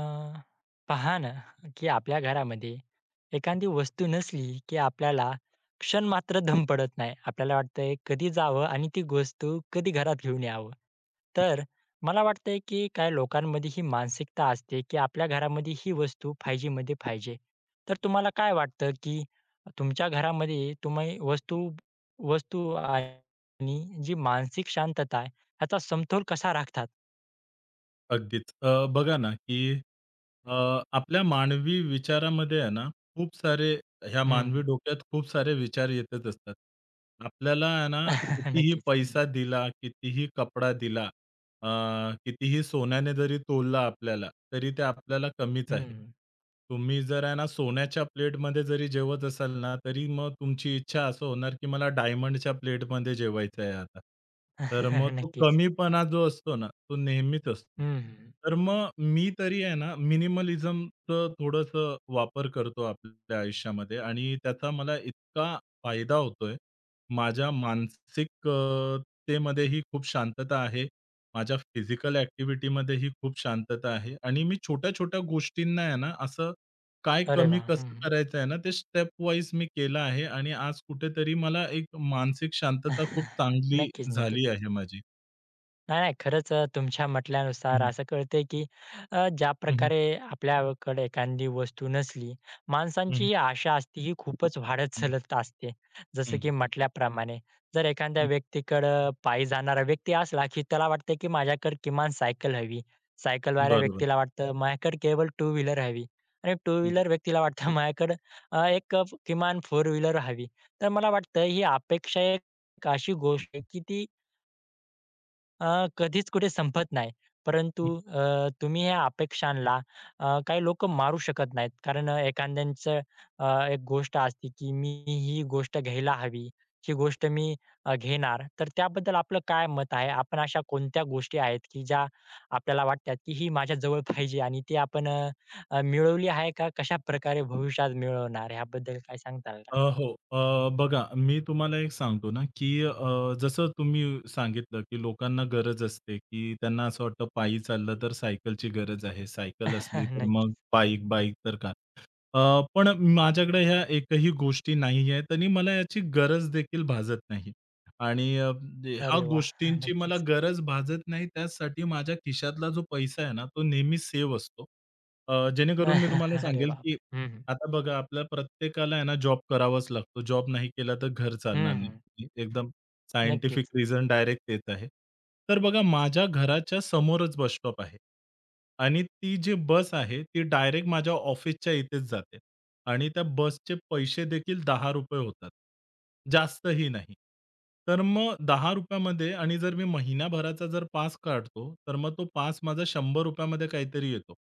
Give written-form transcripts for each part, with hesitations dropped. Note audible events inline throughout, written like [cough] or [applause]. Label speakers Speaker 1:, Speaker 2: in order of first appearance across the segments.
Speaker 1: अ, पहा ना, की आपल्या घरामध्ये एखादी वस्तू नसली, की आपल्याला क्षण मात्र दम पडत नाही. आपल्याला वाटतंय कधी जावं आणि ती वस्तू कधी घरात घेऊन यावं. तर मला वाटतंय, की काही लोकांमध्ये ही मानसिकता असते, की आपल्या घरामध्ये ही वस्तू पाहिजेमध्ये पाहिजे. तर तुम्हाला काय वाटतं, की तुमच्या घरामध्ये तुम्ही वस्तू वस्तू आणि जी मानसिक शांतता आहे, ह्याचा समतोल कसा राखतात?
Speaker 2: अगदीच. बघा ना, की अ, आपल्या मानवी विचारामध्ये आहे ना, खूप सारे ह्या मानवी
Speaker 1: हं,
Speaker 2: डोक्यात खूप सारे विचार येतच असतात. आपल्याला आहे ना,
Speaker 1: [laughs]
Speaker 2: कितीही
Speaker 1: नक्कीच. हं,
Speaker 2: पैसा दिला, कितीही कपडा दिला अ, कितीही सोन्याने जरी तोललं आपल्याला, तरी ते आपल्याला कमीच आहे. तुम्ही जर आहे ना सोन्याच्या प्लेटमध्ये जरी जेवत असाल ना, तरी मग तुमची इच्छा असं होणार, की मला डायमंडच्या प्लेटमध्ये जेवायचं आहे आता. तर
Speaker 1: [laughs]
Speaker 2: मग तो
Speaker 1: नक्कीच.
Speaker 2: कमीपणा जो असतो ना, तो नेहमीच असतो.
Speaker 1: हं, हं.
Speaker 2: तर मग मी तरी आहे ना मिनिमलिझमचं थोडंसं वापर करतो आपल्या आयुष्यामध्ये आणि त्याचा मला इतका फायदा होतोय. माझ्या मानसिक तेमध्येही खूप शांतता आहे, माझ्या फिजिकल ऍक्टिव्हिटीमध्ये ही खूप शांतता आहे आणि मी छोट्या-छोट्या गोष्टींना आहे ना, असं काय
Speaker 1: अरे
Speaker 2: कमी
Speaker 1: वाह! हं,
Speaker 2: कसं
Speaker 1: हं.
Speaker 2: करायचं आहे ना, ते स्टेप वाईज मी केलं आहे आणि आज कुठेतरी मला एक मानसिक शांतता खूप
Speaker 1: [laughs]
Speaker 2: चांगली
Speaker 1: नक्कीच, नक्कीच.
Speaker 2: झाली आहे माझी.
Speaker 1: नाही, नाही. खरंच तुमच्या
Speaker 2: हं,
Speaker 1: म्हटल्यानुसार
Speaker 2: हं.
Speaker 1: असं कळतंय, की ज्या
Speaker 2: हं, हं.
Speaker 1: प्रकारे आपल्याकडे एखादी वस्तू नसली, माणसांची
Speaker 2: हं,
Speaker 1: ही आशा असते ही खूपच वाढत
Speaker 2: हं.
Speaker 1: चालत असते. जसं की
Speaker 2: हं,
Speaker 1: म्हटल्याप्रमाणे जर एखाद्या व्यक्तीकडं पायी जाणारा व्यक्ती असला, की त्याला वाटतं, की माझ्याकडे किमान सायकल हवी. सायकलवाल्या
Speaker 2: बरोबर.
Speaker 1: व्यक्तीला वाटतं, माझ्याकडे केवळ टू व्हीलर हवी आणि टू व्हीलर व्यक्तीला वाटतं, [laughs] माझ्याकडं एक किमान फोर व्हीलर हवी. तर मला वाटतं ही अपेक्षा एक अशी गोष्ट आहे, की ती कधीच कुठे संपत नाही. परंतु
Speaker 2: हं.
Speaker 1: तुम्ही या अपेक्षांना काही लोकं मारू शकत नाहीत. कारण एखाद्यांचं एक गोष्ट असते, की मी ही गोष्ट घ्यायला हवी, ही गोष्ट मी घेणार. तर त्याबद्दल आपलं काय मत आहे? आपण अशा कोणत्या गोष्टी आहेत, की ज्या आपल्याला वाटतात, की ही माझ्या जवळ [laughs] पाहिजे आणि ती आपण अ, अ, मिळवली आहे का? कशाप्रकारे भविष्यात मिळवणार ह्याबद्दल काय सांगताल का?
Speaker 2: हो. बघा मी तुम्हाला एक सांगतो ना, की जसं तुम्ही सांगितलं, की लोकांना गरज असते, की त्यांना असं वाटतं पायी चाललं तर सायकलची गरज आहे. सायकल असली
Speaker 1: [laughs]
Speaker 2: तर मग
Speaker 1: नक्कीच.
Speaker 2: बाईक, बाईक तर कार. अ, पण माझ्याकडे ह्या एकही गोष्टी नाही आहेत आणि मला याची गरज देखील भासत नाही. आणि ह्या
Speaker 1: अरे वाह! [laughs]
Speaker 2: गोष्टींची मला
Speaker 1: नक्कीच.
Speaker 2: गरज भासत नाही. त्याचसाठी माझ्या खिशातला जो पैसा आहे ना, तो नेहमी सेव्ह असतो. जेणेकरून मी तुम्हाला
Speaker 1: [laughs] अरे
Speaker 2: सांगेल, की
Speaker 1: बापरे! हं, हं.
Speaker 2: आता बघा, आपल्या प्रत्येकाला आहे ना जॉब करावाच लागतो. जॉब नाही केला तर घर चालणार
Speaker 1: हं, हं.
Speaker 2: नाही. एकदम सायंटिफिक
Speaker 1: नक्कीच.
Speaker 2: रिझन डायरेक्ट देत आहे. तर बघा माझ्या घराच्या समोरच बस स्टॉप आहे आणि ती जी बस आहे ती डायरेक्ट माझ्या ऑफिसच्या इथेच जाते. आणि त्या बसचे पैसे देखील ₹10 होतात. जास्तही नाही. तर मग ₹10 मध्ये आणि जर मी महिनाभराचा जर पास काढतो, तर मग तो पास माझा ₹100 मध्ये काहीतरी येतो.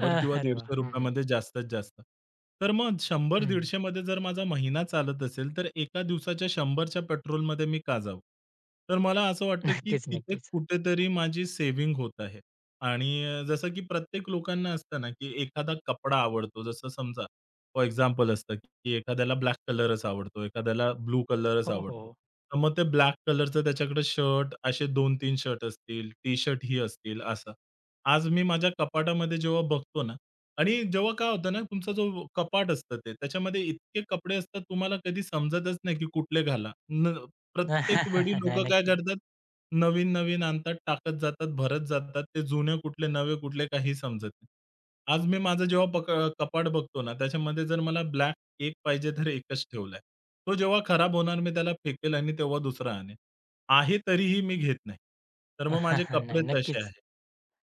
Speaker 1: अ,
Speaker 2: किंवा
Speaker 1: अरे वाह! हं,
Speaker 2: ₹150
Speaker 1: हं.
Speaker 2: मध्ये जास्तीत जास्त. तर मग
Speaker 1: हं.
Speaker 2: 100-150 मध्ये जर माझा महिना चालत असेल, तर एका दिवसाच्या 100 पेट्रोलमध्ये मी का जाऊ? तर मला असं वाटतं, की
Speaker 1: नक्कीच,
Speaker 2: तिथे
Speaker 1: नक्कीच.
Speaker 2: कुठेतरी माझी सेव्हिंग होत आहे. आणि जसं की प्रत्येक लोकांना असतं ना, की एखादा कपडा आवडतो. जसं समजा फॉर एक्झाम्पल असतं, की एखाद्याला ब्लॅक कलरच आवडतो, एखाद्याला ब्लू कलरच
Speaker 1: हो, हो,
Speaker 2: आवडतो.
Speaker 1: हो.
Speaker 2: तर मग ते ब्लॅक कलरचं त्याच्याकडे शर्ट असे 2-3 शर्ट असतील, टी-शर्ट ही असतील असं. आज मी माझ्या कपाटामध्ये जेव्हा बघतो ना आणि जेव्हा काय होतं ना, तुमचा जो कपाट असतं ते, त्याच्यामध्ये इतके कपडे असतात तुम्हाला कधी समजतच नाही, की कुठले घाला. प्रत्येक वेळी
Speaker 1: [laughs] नाही,
Speaker 2: लोकं काय
Speaker 1: नक्कीच.
Speaker 2: करतात, नवीन-नवीन आणतात, टाकत जातात, भरत जातात. ते जुने कुठले, नवे कुठले काही समजत नाही. आज मी माझं जेव्हा कपाट बघतो ना, त्याच्यामध्ये जर मला ब्लॅक एक पाहिजे तर एकच ठेवलाय. तो जेव्हा खराब होणार मी त्याला फेकेल आणि तेव्हा दुसरा आणेल. आहे तरीही मी घेत नाही. तर मग माझे कपडे
Speaker 1: नाही,
Speaker 2: तसे
Speaker 1: नक्कीच.
Speaker 2: आहेत.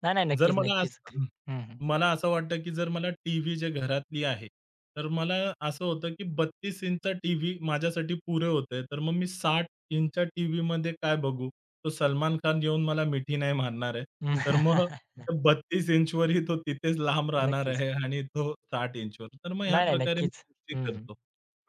Speaker 1: नाही, नाही.
Speaker 2: जर
Speaker 1: नक्कीच,
Speaker 2: मला
Speaker 1: नक्कीच.
Speaker 2: असं
Speaker 1: हं, हं.
Speaker 2: मला असं वाटतं, की जर मला टीव्ही जे घरातली आहे, तर मला असं होतं, की 32 इंचचा टीव्ही माझ्यासाठी पुरे होते. तर मग मी 60 इंचच्या टीव्हीमध्ये काय बघू? तो सलमान खान येऊन मला मिठी नाही मारणार आहे. तर मग
Speaker 1: [laughs]
Speaker 2: 32 इंचवरही तो तिथेच लांब राहणार
Speaker 1: नक्कीच.
Speaker 2: आहे आणि तो 60 इंचवर. तर मग ह्या
Speaker 1: नाही, नाही.
Speaker 2: प्रकारे मी
Speaker 1: नक्कीच.
Speaker 2: गोष्टी
Speaker 1: हं, हं.
Speaker 2: करतो.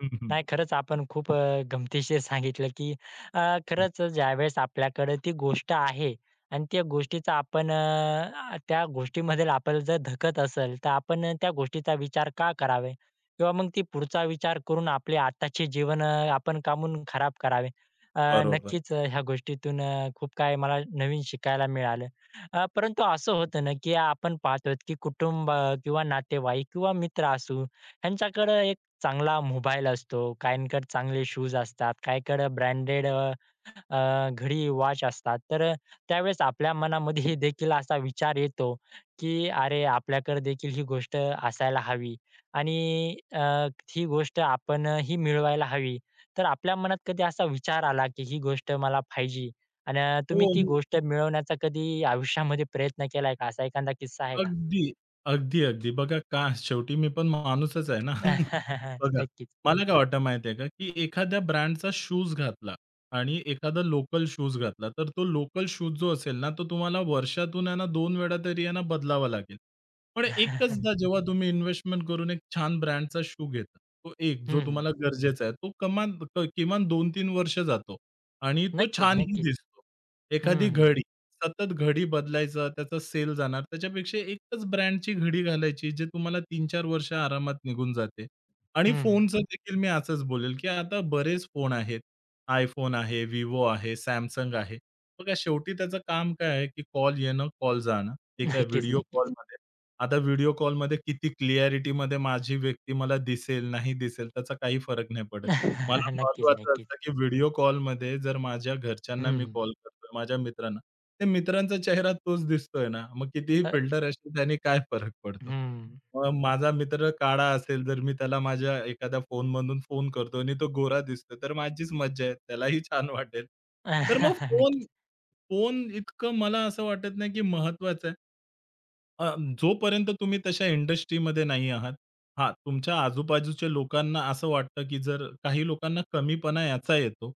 Speaker 2: हं, हं.
Speaker 1: नाही, खरंच आपण खूप गमतीशीर सांगितलं, की अ, खरंच ज्यावेळेस आपल्याकडे ती गोष्ट आहे आणि त्या गोष्टीचा आपण त्या गोष्टीमध्ये आपण जर धकत असेल, तर आपण त्या गोष्टीचा विचार का करावे? किंवा मग ती पुढचा विचार करून आपले आताचे जीवन आपण का खराब करावे? अ,
Speaker 2: बरोबर.
Speaker 1: नक्कीच ह्या गोष्टीतून खूप काही मला नवीन शिकायला मिळालं. परंतु असं होतं ना, की आपण पाहतो, की कुटुंब किंवा नातेवाईक किंवा मित्र असू, ह्यांच्याकडे चांगला मोबाईल असतो, काहींकडे चांगले शूज असतात, काहीकडे ब्रँडेड अ, अ, घडी, वॉच असतात. तर त्यावेळेस आपल्या मनामध्ये [laughs] देखील असा विचार येतो, की "अरे, आपल्याकडे देखील ही गोष्ट असायला हवी आणि ही गोष्ट आपणही मिळवायला हवी." तर आपल्या मनात कधी असा विचार आला, की ही गोष्ट मला पाहिजे आणि
Speaker 2: हो,
Speaker 1: तुम्ही ती
Speaker 2: हो.
Speaker 1: गोष्ट मिळवण्याचा कधी आयुष्यामध्ये प्रयत्न केलाय का? असा एखादा किस्सा आहे का?
Speaker 2: अगदी, अगदी. बघा का शेवटी मी पण माणूसच आहे ना. [laughs]
Speaker 1: [laughs]
Speaker 2: बघा,
Speaker 1: नक्कीच.
Speaker 2: मला काय वाटतं माहिती आहे का, की एखाद्या ब्रँडचा शूज घातला आणि एखादा लोकल शूज घातला, तर तो लोकल शूज जो असेल ना, तो तुम्हाला वर्षातून आहे ना दोन वेळा तरी आहे ना बदलावा लागेल. पण एकचदा
Speaker 1: [laughs]
Speaker 2: जेव्हा तुम्ही इन्व्हेस्टमेंट करून एक छान ब्रँडचा शू घेता, तो एक जो
Speaker 1: हं, हं.
Speaker 2: तुम्हाला गरजेचा आहे, तो किमान 2-3 वर्ष जातो आणि तो
Speaker 1: नक्कीच,
Speaker 2: छानही
Speaker 1: नक्कीच.
Speaker 2: दिसतो.
Speaker 1: हं,
Speaker 2: एखादी
Speaker 1: हं.
Speaker 2: घडी सतत घडी बदलायचं, त्याचा सेल जाणार. त्याच्यापेक्षा एकच ब्रँडची घडी घालायची, जे तुम्हाला 3-4 वर्ष आरामात निघून जाते. आणि फोनचं देखील मी असंच बोलेल, की आता बरेच फोन आहेत. iPhone आहे, Vivo आहे, Samsung आहे. बघा शेवटी त्याचं काम काय आहे, की कॉल येणं, कॉल जाणं. ठीक आहे.
Speaker 1: नक्कीच,
Speaker 2: व्हिडिओ
Speaker 1: नक्कीच.
Speaker 2: कॉलमध्ये आता व्हिडिओ कॉलमध्ये किती क्लिअॅरिटीमध्ये माझी व्यक्ती मला दिसेल, नाही दिसेल, त्याचा काही फरक नाही पडत. मला
Speaker 1: [laughs] नक्कीच,
Speaker 2: महत्वाचं
Speaker 1: नक्कीच.
Speaker 2: असतं, की व्हिडिओ कॉलमध्ये जर माझ्या घरच्यांना मी
Speaker 1: हं.
Speaker 2: कॉल करतोय, माझ्या मित्रांना, त्या मित्रांचा चेहरा तोच दिसतोय ना, मग कितीही
Speaker 1: अ,
Speaker 2: फिल्टर असले त्याने काय फरक पडतो?
Speaker 1: हं.
Speaker 2: मग माझा मित्र काळा असेल, जर मी त्याला माझ्या एखाद्या फोनमधून फोन करतो आणि तो गोरा दिसतोय, तर माझीच मज्जा आहे. त्यालाही छान वाटेल. तर मग
Speaker 1: [laughs]
Speaker 2: फोन
Speaker 1: नक्कीच.
Speaker 2: फोन इतकं मला असं वाटत नाही, की महत्वाचं आहे. अ, जोपर्यंत तुम्ही तशा इंडस्ट्रीमध्ये नाही आहात. हां, तुमच्या आजूबाजूच्या लोकांना असं वाटतं, की जर काही लोकांना कमीपणा याचा येतो.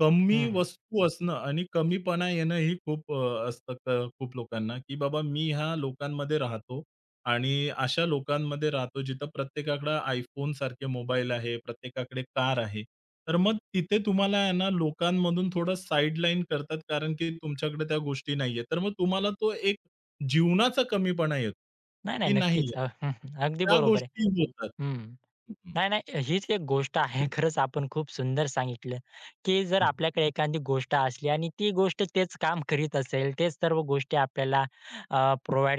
Speaker 2: कमी
Speaker 1: हं,
Speaker 2: वस्तू असणं आणि कमीपणा येणं ही खूप असतं क खूप लोकांना, की बाबा मी ह्या लोकांमध्ये राहतो आणि अशा लोकांमध्ये राहतो जिथं प्रत्येकाकडे iPhoneसारखे मोबाईल आहे, प्रत्येकाकडे कार आहे. तर मग तिथे तुम्हाला आहे ना लोकांमधून थोडं साइडलाईन करतात कारण की तुमच्याकडे त्या गोष्टी नाहीये. तर मग तुम्हाला तो एक जीवनाचा कमीपणा येतो,
Speaker 1: नाही, नाही.
Speaker 2: की नाही
Speaker 1: नक्कीच.
Speaker 2: या,
Speaker 1: हं, अगदी
Speaker 2: त्या
Speaker 1: बरोबर आहे.
Speaker 2: गोष्टी होतात.
Speaker 1: हं.
Speaker 2: हं, हं.
Speaker 1: नाही, नाही. हीच एक गोष्ट आहे. [laughs] खरंच आपण खूप सुंदर सांगितलं, की जर आपल्याकडे एखादी गोष्ट असली आणि ती गोष्ट तेच काम करीत असेल, तेच सर्व गोष्टी आपल्याला अ,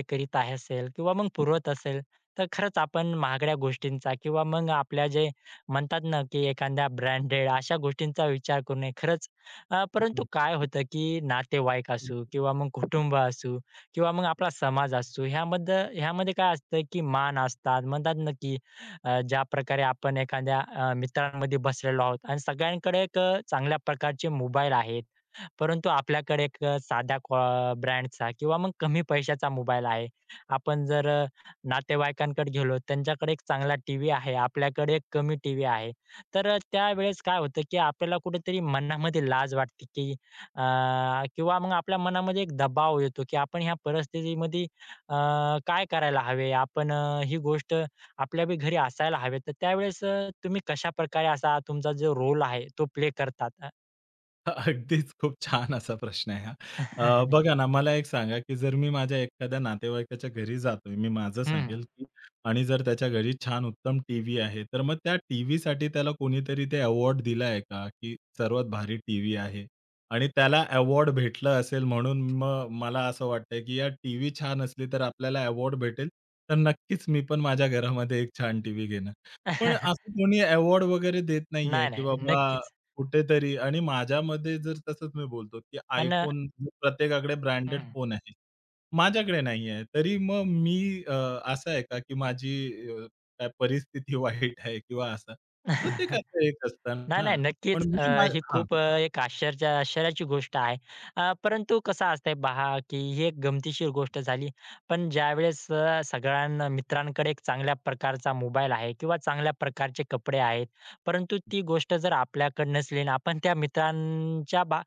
Speaker 1: करीत आहे असेल किंवा मग पुरवत असेल, तर खरंच आपण महागड्या गोष्टींचा किंवा मग आपल्या जे म्हणतात ना, की एखाद्या ब्रँडेड अशा गोष्टींचा विचार करू नये. खरंच परंतु
Speaker 2: हं,
Speaker 1: काय होतं, की नातेवाईक
Speaker 2: हं.
Speaker 1: असू किंवा मग कुटुंब असू किंवा मग आपला समाज असू, ह्यामध्ये ह्यामध्ये काय असतं, की मान असतात. म्हणतात ना, की ज्या प्रकारे आपण एखाद्या मित्रांमध्ये बसलेलो आहोत आणि सगळ्यांकडे एक चांगल्या प्रकारचे मोबाईल आहेत. परंतु आपल्याकडे एक साध्या ब्रँडचा किंवा मग कमी पैशाचा मोबाईल आहे. आपण जर नातेवाईकांकडे गेलो, त्यांच्याकडे एक चांगला टीव्ही आहे, आपल्याकडे एक कमी टीव्ही आहे. तर त्यावेळेस काय होतं, की आपल्याला कुठेतरी मनामध्ये लाज वाटते, की अ, किंवा मग आपल्या मनामध्ये एक दबाव येतो, की आपण ह्या परिस्थितीमध्ये अ, काय करायला हवे? आपण ही गोष्ट आपल्या बी घरी असायला हवी. तर त्यावेळेस तुम्ही कशाप्रकारे असा तुमचा जो रोल आहे, तो प्ले करतात?
Speaker 2: [laughs] अगदीच खूप छान असा प्रश्न आहे हा.
Speaker 1: [laughs] अ,
Speaker 2: बघा ना, मला एक सांगा, की जर मी माझ्या एखाद्या नातेवाईकाच्या घरी जातोय, मी माझं सांगेल, की आणि जर त्याच्या घरी छान उत्तम टीव्ही आहे, तर मग त्या टीव्हीसाठी त्याला कोणीतरी ते अवॉर्ड दिला आहे का, की सर्वात भारी टीव्ही आहे? आणि त्याला अवॉर्ड भेटलं असेल म्हणून मग मला असं वाटतंय, की यार टीव्ही छान असली तर आपल्याला अवॉर्ड भेटेल, तर नक्कीच मी पण माझ्या घरामध्ये एक छान टीव्ही घेणार. पण असं
Speaker 1: [laughs]
Speaker 2: कोणी अवॉर्ड वगैरे देत नाहीये,
Speaker 1: नाही,
Speaker 2: की
Speaker 1: नाही.
Speaker 2: बाबा
Speaker 1: नक्कीच.
Speaker 2: कुठेतरी आणि माझ्यामध्ये जर तसंच मी बोलतो, की
Speaker 1: अन्
Speaker 2: iPhone प्रत्येकाकडे ब्रँडेड
Speaker 1: हं.
Speaker 2: फोन आहे. माझ्याकडे नाही आहे. तरी मग मी असं आहे का, की माझी अ, काय परिस्थिती [laughs] वाईट आहे किंवा असं.
Speaker 1: [laughs]
Speaker 2: प्रत्येकाचं एक असतं
Speaker 1: नाही,
Speaker 2: ना.
Speaker 1: नाही.
Speaker 2: पण
Speaker 1: नक्कीच.
Speaker 2: मी मा
Speaker 1: ही
Speaker 2: हां.
Speaker 1: खूप एक आश्चर्याची गोष्ट आहे. परंतु कसं असतंय पहा, की ही एक गमतीशीर गोष्ट झाली. पण ज्यावेळेस सगळ्यांना मित्रांकडे एक चांगल्या प्रकारचा मोबाईल आहे किंवा चांगल्या प्रकारचे कपडे आहेत. परंतु ती गोष्ट जर आपल्याकडे नसली आणि आपण त्या मित्रांच्या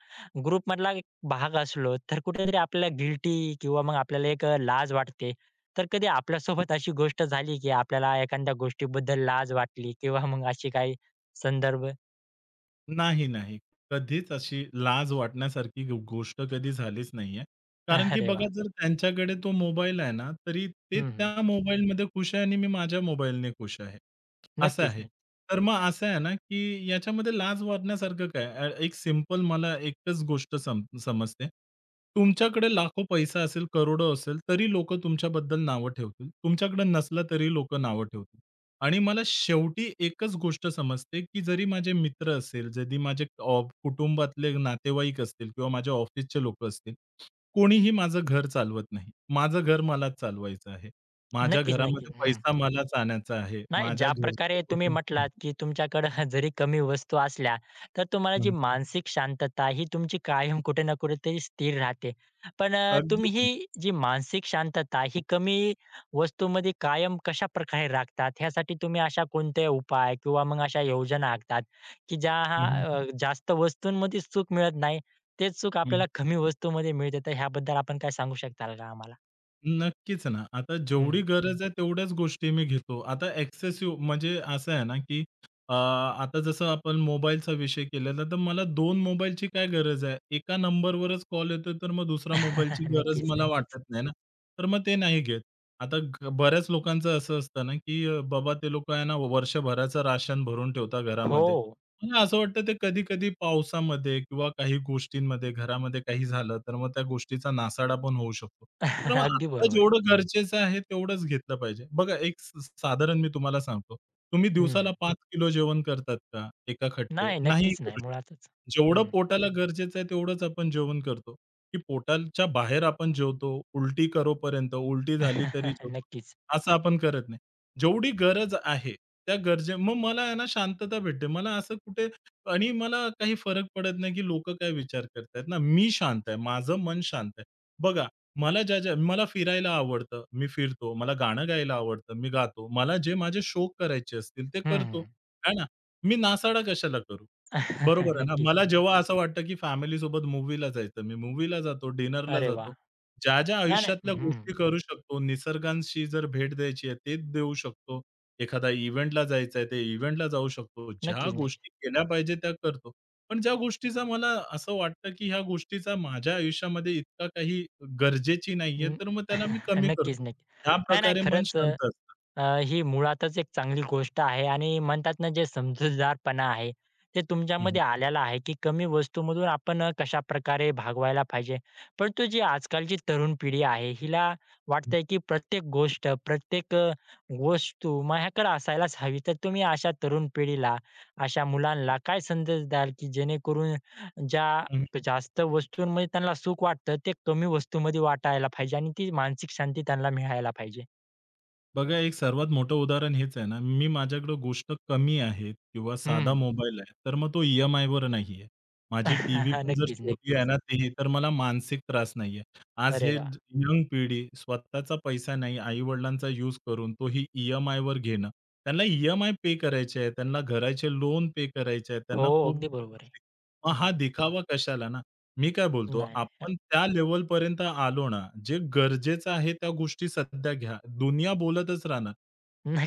Speaker 1: ग्रुपमधला एक भाग असलो, तर कुठेतरी आपल्याला गिल्टी किंवा मग आपल्याला एक लाज वाटते. तर कधी आपल्यासोबत अशी गोष्ट झाली, की आपल्याला एखाद्या गोष्टीबद्दल लाज वाटली किंवा मग अशी काही संदर्भ?
Speaker 2: नाही, नाही. कधीच अशी लाज वाटण्यासारखी गोष्ट कधी झालीच नाहीये. कारण की
Speaker 1: अरे
Speaker 2: बघा
Speaker 1: वाह!
Speaker 2: जर त्यांच्याकडे तो मोबाईल आहे ना, तरी ते
Speaker 1: हं, हं.
Speaker 2: त्या मोबाईलमध्ये खुश आहे आणि मी माझ्या मोबाईलने खुश आहे. असं
Speaker 1: नक्कीच,
Speaker 2: आहे.
Speaker 1: नक्की
Speaker 2: तर मग असं आहे ना, की याच्यामध्ये लाज वाटण्यासारखं काय? एक सिंपल मला एकच गोष्ट समजते. तुमच्याकडे लाखो पैसा असेल, करोडो असेल, तरी लोकं तुमच्याबद्दल नावं ठेवतील. तुमच्याकडे नसला तरी लोकं नावं ठेवतील. आणि मला शेवटी एकच गोष्ट समजते, की जरी माझे मित्र असेल, जरी माझे कुटुंबातले नातेवाईक असतील किंवा माझ्या ऑफिसचे लोकं असतील, कोणीही माझं घर चालवत नाही. माझं घर मलाच चालवायचं आहे. माझ्या
Speaker 1: नक्कीच, नक्कीच.
Speaker 2: घरामध्ये
Speaker 1: हं.
Speaker 2: पैसा मलाच आणायचा आहे.
Speaker 1: नाही
Speaker 2: माझ्या घरचं
Speaker 1: ज्याप्रकारे तुम्ही
Speaker 2: कुटुंब हं,
Speaker 1: म्हटलात, की तुमच्याकडे [laughs] जरी कमी वस्तू असल्या, तर तुम्हाला जी
Speaker 2: हं.
Speaker 1: मानसिक शांतता ही तुमची कायम कुठे ना कुठेतरी स्थिर राहते. पण तुम्ही
Speaker 2: अगदीच.
Speaker 1: ही जी मानसिक शांतता ही कमी वस्तूमध्ये कायम कशाप्रकारे राखतात? ह्यासाठी तुम्ही अशा कोणत्या उपाय किंवा मग अशा योजना आखतात, की ज्या हा,
Speaker 2: हं,
Speaker 1: जास्त वस्तूंमध्ये सुख मिळत नाही, तेच सुख
Speaker 2: हं.
Speaker 1: आपल्याला कमी वस्तूमध्ये मिळते. तर ह्याबद्दल आपण काय सांगू शकताल का आम्हाला?
Speaker 2: नक्कीच ना. आता जेवढी
Speaker 1: हं.
Speaker 2: हं. गरज आहे तेवढ्याच गोष्टी मी घेतो. आता एक्सेसिव्ह म्हणजे असं आहे ना, की आता जसं आपण मोबाईलचा विषय केलेला, तर मला 2 मोबाईलची काय गरज आहे? एका नंबरवरच कॉल येतो, तर मग दुसरा मोबाईलची
Speaker 1: [laughs]
Speaker 2: गरज
Speaker 1: नक्कीच,
Speaker 2: मला
Speaker 1: नक्कीच.
Speaker 2: वाटत नाही ना. तर मग ते नाही घेत. आता बऱ्याच लोकांचं असं असतं ना, की बाबा ते लोकं आहे ना वर्षभराचं राशन भरून ठेवतात घरामध्ये.
Speaker 1: हो.
Speaker 2: मला असं वाटतं ते कधी-कधी पावसामध्ये किंवा काही गोष्टींमध्ये, घरामध्ये काही झालं, तर मग त्या गोष्टीचा नासाडा पण होऊ शकतो. तर मग
Speaker 1: [laughs] अगदी
Speaker 2: आता
Speaker 1: बरोबर आहे.
Speaker 2: जेवढं गरजेचं आहे तेवढंच घेतलं पाहिजे. बघा एक स साधारण मी तुम्हाला सांगतो. तुम्ही दिवसाला
Speaker 1: हं.
Speaker 2: 5 किलो जेवण करतात का एका खट्टे?
Speaker 1: नाही,
Speaker 2: नाही
Speaker 1: नक्कीच नाही
Speaker 2: करू शकत.
Speaker 1: मुळातच.
Speaker 2: जेवढं
Speaker 1: हं.
Speaker 2: पोटाला गरजेचं आहे तेवढंच आपण जेवण करतो, की पोटाच्या बाहेर आपण जेवतो, उलटी करोपर्यंत, उलटी झाली तरी
Speaker 1: [laughs]
Speaker 2: जेवतो,
Speaker 1: नक्कीच.
Speaker 2: असं आपण करत नाही. जेवढी गरज आहे, त्या गरजे मग मला आहे ना शांतता भेटते. मला असं कुठे आणि मला काही फरक पडत नाही, की लोकं काय विचार करतायत ना. मी शांत आहे, माझं मन शांत आहे. बघा, मला फिरायला आवडतं, मी फिरतो. मला गाणं गायला आवडतं, मी गातो. मला जे माझे शौक करायचे असतील, ते करतो.
Speaker 1: हं.
Speaker 2: आहे ना. मी नासाडा कशाला करू?
Speaker 1: [laughs]
Speaker 2: बरोबर आहे ना.
Speaker 1: नक्कीच.
Speaker 2: मला
Speaker 1: नाही.
Speaker 2: जेव्हा असं वाटतं, की फॅमिलीसोबत मूव्हीला जायचं, मी मूव्हीला जातो, डिनरला
Speaker 1: अरे वाह!
Speaker 2: जातो. ज्या
Speaker 1: नाही,
Speaker 2: आयुष्यातल्या
Speaker 1: नाही. हं.
Speaker 2: गोष्टी करू शकतो, निसर्गाशी जर भेट द्यायची आहे, ते देऊ शकतो. एखादा इव्हेंटला जायचं आहे, ते इव्हेंटला जाऊ शकतो. ज्या
Speaker 1: नक्कीच, नक्कीच.
Speaker 2: गोष्टी केल्या पाहिजे त्या करतो. पण ज्या गोष्टीचा मला असं वाटतं, की ह्या गोष्टीचा माझ्या आयुष्यामध्ये इतका काही गरजेची नाहीये,
Speaker 1: हं.
Speaker 2: तर मग त्याला मी
Speaker 1: [laughs]
Speaker 2: कमी
Speaker 1: नक्कीच,
Speaker 2: करतो.
Speaker 1: नक्कीच.
Speaker 2: ह्या
Speaker 1: नाही, नाही.
Speaker 2: प्रकारे मन
Speaker 1: खरंच
Speaker 2: शांत असतं.
Speaker 1: ही मुळातच एक चांगली गोष्ट आहे आणि म्हणतात ना जे समजूतदारपणा आहे, ते
Speaker 2: हं,
Speaker 1: तुमच्यामध्ये आलेलं आहे, की कमी वस्तूमधून आपण कशाप्रकारे भागवायला पाहिजे. परंतु जी आजकालची तरुण पिढी आहे, हिला वाटतंय, की प्रत्येक गोष्ट, प्रत्येक वस्तू माझ्याकडे असायलाच हवी. तर तुम्ही अशा तरुण पिढीला, अशा मुलांना काय संदेश द्याल, की जेणेकरून ज्या जास्त वस्तूंमध्ये त्यांना सुख वाटतं, ते कमी वस्तूमध्ये वाटायला पाहिजे आणि ती मानसिक शांती त्यांना मिळायला पाहिजे?
Speaker 2: बघा, एक सर्वात मोठं उदाहरण हेच आहे ना, मी माझ्याकडे गोष्ट कमी आहे किंवा साधा
Speaker 1: हं.
Speaker 2: मोबाईल आहे, तर मग तो ई-एम-आयवर नाही आहे. माझी टीव्ही
Speaker 1: [laughs]
Speaker 2: पण जर
Speaker 1: नक्कीच,
Speaker 2: छोटी आहे
Speaker 1: नक्कीच.
Speaker 2: ना, ती तर मला मानसिक त्रास नाही आहे. आज
Speaker 1: अरे
Speaker 2: हे
Speaker 1: वाह!
Speaker 2: यंग पिढी स्वतःचा पैसा नाही, आई-वडिलांचा यूज करून तोही ई-एम-आयवर घेणं. त्यांना ई-एम-आय पे करायचे आहे, त्यांना घराचे लोन पे करायचे आहे,
Speaker 1: हो,
Speaker 2: त्यांना खूप
Speaker 1: अगदी बरोबर आहे.
Speaker 2: गोष्टी- मग
Speaker 1: हं.
Speaker 2: हा दिखावा कशाला ना? मी काय बोलतो,
Speaker 1: नाही, नाही.
Speaker 2: आपण त्या लेव्हलपर्यंत आलो ना, जे गरजेचं आहे त्या गोष्टी सध्या घ्या. दुनिया बोलतच राहणार.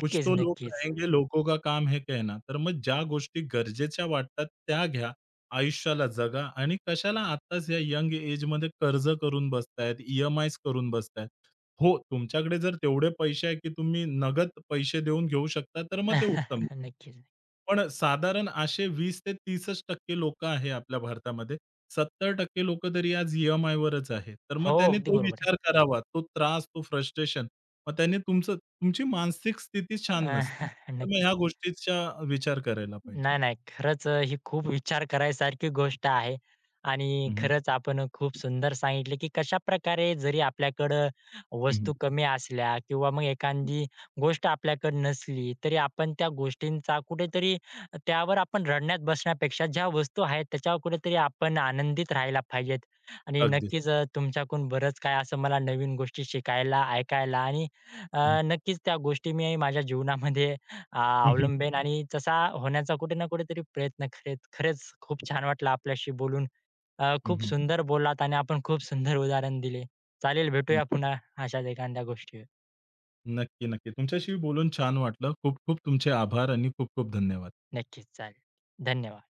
Speaker 2: कुछ तो लोग
Speaker 1: नक्कीच.
Speaker 2: कहेंगे, लोगों का काम है कहना. तर मग ज्या गोष्टी गरजेच्या वाटतात त्या घ्या, आयुष्याला जगा आणि कशाला आत्ताच या यंग एजमध्ये कर्ज करून बसतायत, ई करून बसतायत. हो, तुमच्याकडे जर तेवढे पैसे आहे, की तुम्ही नगद पैसे देऊन घेऊ शकता, तर मग ते उत्तम.
Speaker 1: [laughs] नक्कीच.
Speaker 2: पण साधारण असे 20 ते तीसच टक्के लोकं आहे आपल्या भारतामध्ये. 70% लोकं तरी आज ई-एम-आयवरच आहे. तर मग
Speaker 1: हो,
Speaker 2: त्याने
Speaker 1: अगदी
Speaker 2: तो
Speaker 1: बरोबर
Speaker 2: विचार करावा. तो त्रास, तो फ्रस्ट्रेशन. मग त्याने तुमची मानसिक स्थिती छान
Speaker 1: आहे.
Speaker 2: नसते.
Speaker 1: [laughs]
Speaker 2: तर मग ह्या
Speaker 1: नक्कीच.
Speaker 2: गोष्टीचा विचार करायला पाहिजे.
Speaker 1: नाही, नाही. खरंच ही खूप विचार करायसारखी गोष्ट आहे आणि
Speaker 2: हं, हं.
Speaker 1: खरंच आपण खूप सुंदर सांगितले, की कशा प्रकारे जरी आपल्याकडं
Speaker 2: हं, हं.
Speaker 1: वस्तू कमी असल्या किंवा मग
Speaker 2: हं.
Speaker 1: एखादी गोष्ट आपल्याकडे नसली, तरी आपण त्या गोष्टींचा कुठेतरी त्यावर आपण रडण्यात बसण्यापेक्षा ज्या वस्तू आहेत त्याच्यावर कुठेतरी आपण आनंदित राहायला पाहिजेत. आणि
Speaker 2: अगदीच.
Speaker 1: नक्कीच तुमच्याकडून बरंच काय असं मला नवीन गोष्टी शिकायला, ऐकायला आणि
Speaker 2: हं, हं.
Speaker 1: नक्कीच त्या गोष्टी मी माझ्या जीवनामध्ये अ,
Speaker 2: हं, हं.
Speaker 1: अवलंबेन आणि तसा होण्याचा कुठे ना कुठेतरी प्रयत्न करेल. खरंच खूप छान वाटलं आपल्याशी बोलून. खूप
Speaker 2: हं,
Speaker 1: सुंदर बोललात आणि आपण खूप सुंदर उदाहरण दिले. चालेल
Speaker 2: हं.
Speaker 1: भेटूया पुन्हा अशाच एखाद्या गोष्टीवर.
Speaker 2: नक्की, नक्की. तुमच्याशी बोलून छान वाटलं. खूप खूप तुमचे आभार आणि खूप खूप धन्यवाद.
Speaker 1: नक्कीच चालेल. धन्यवाद.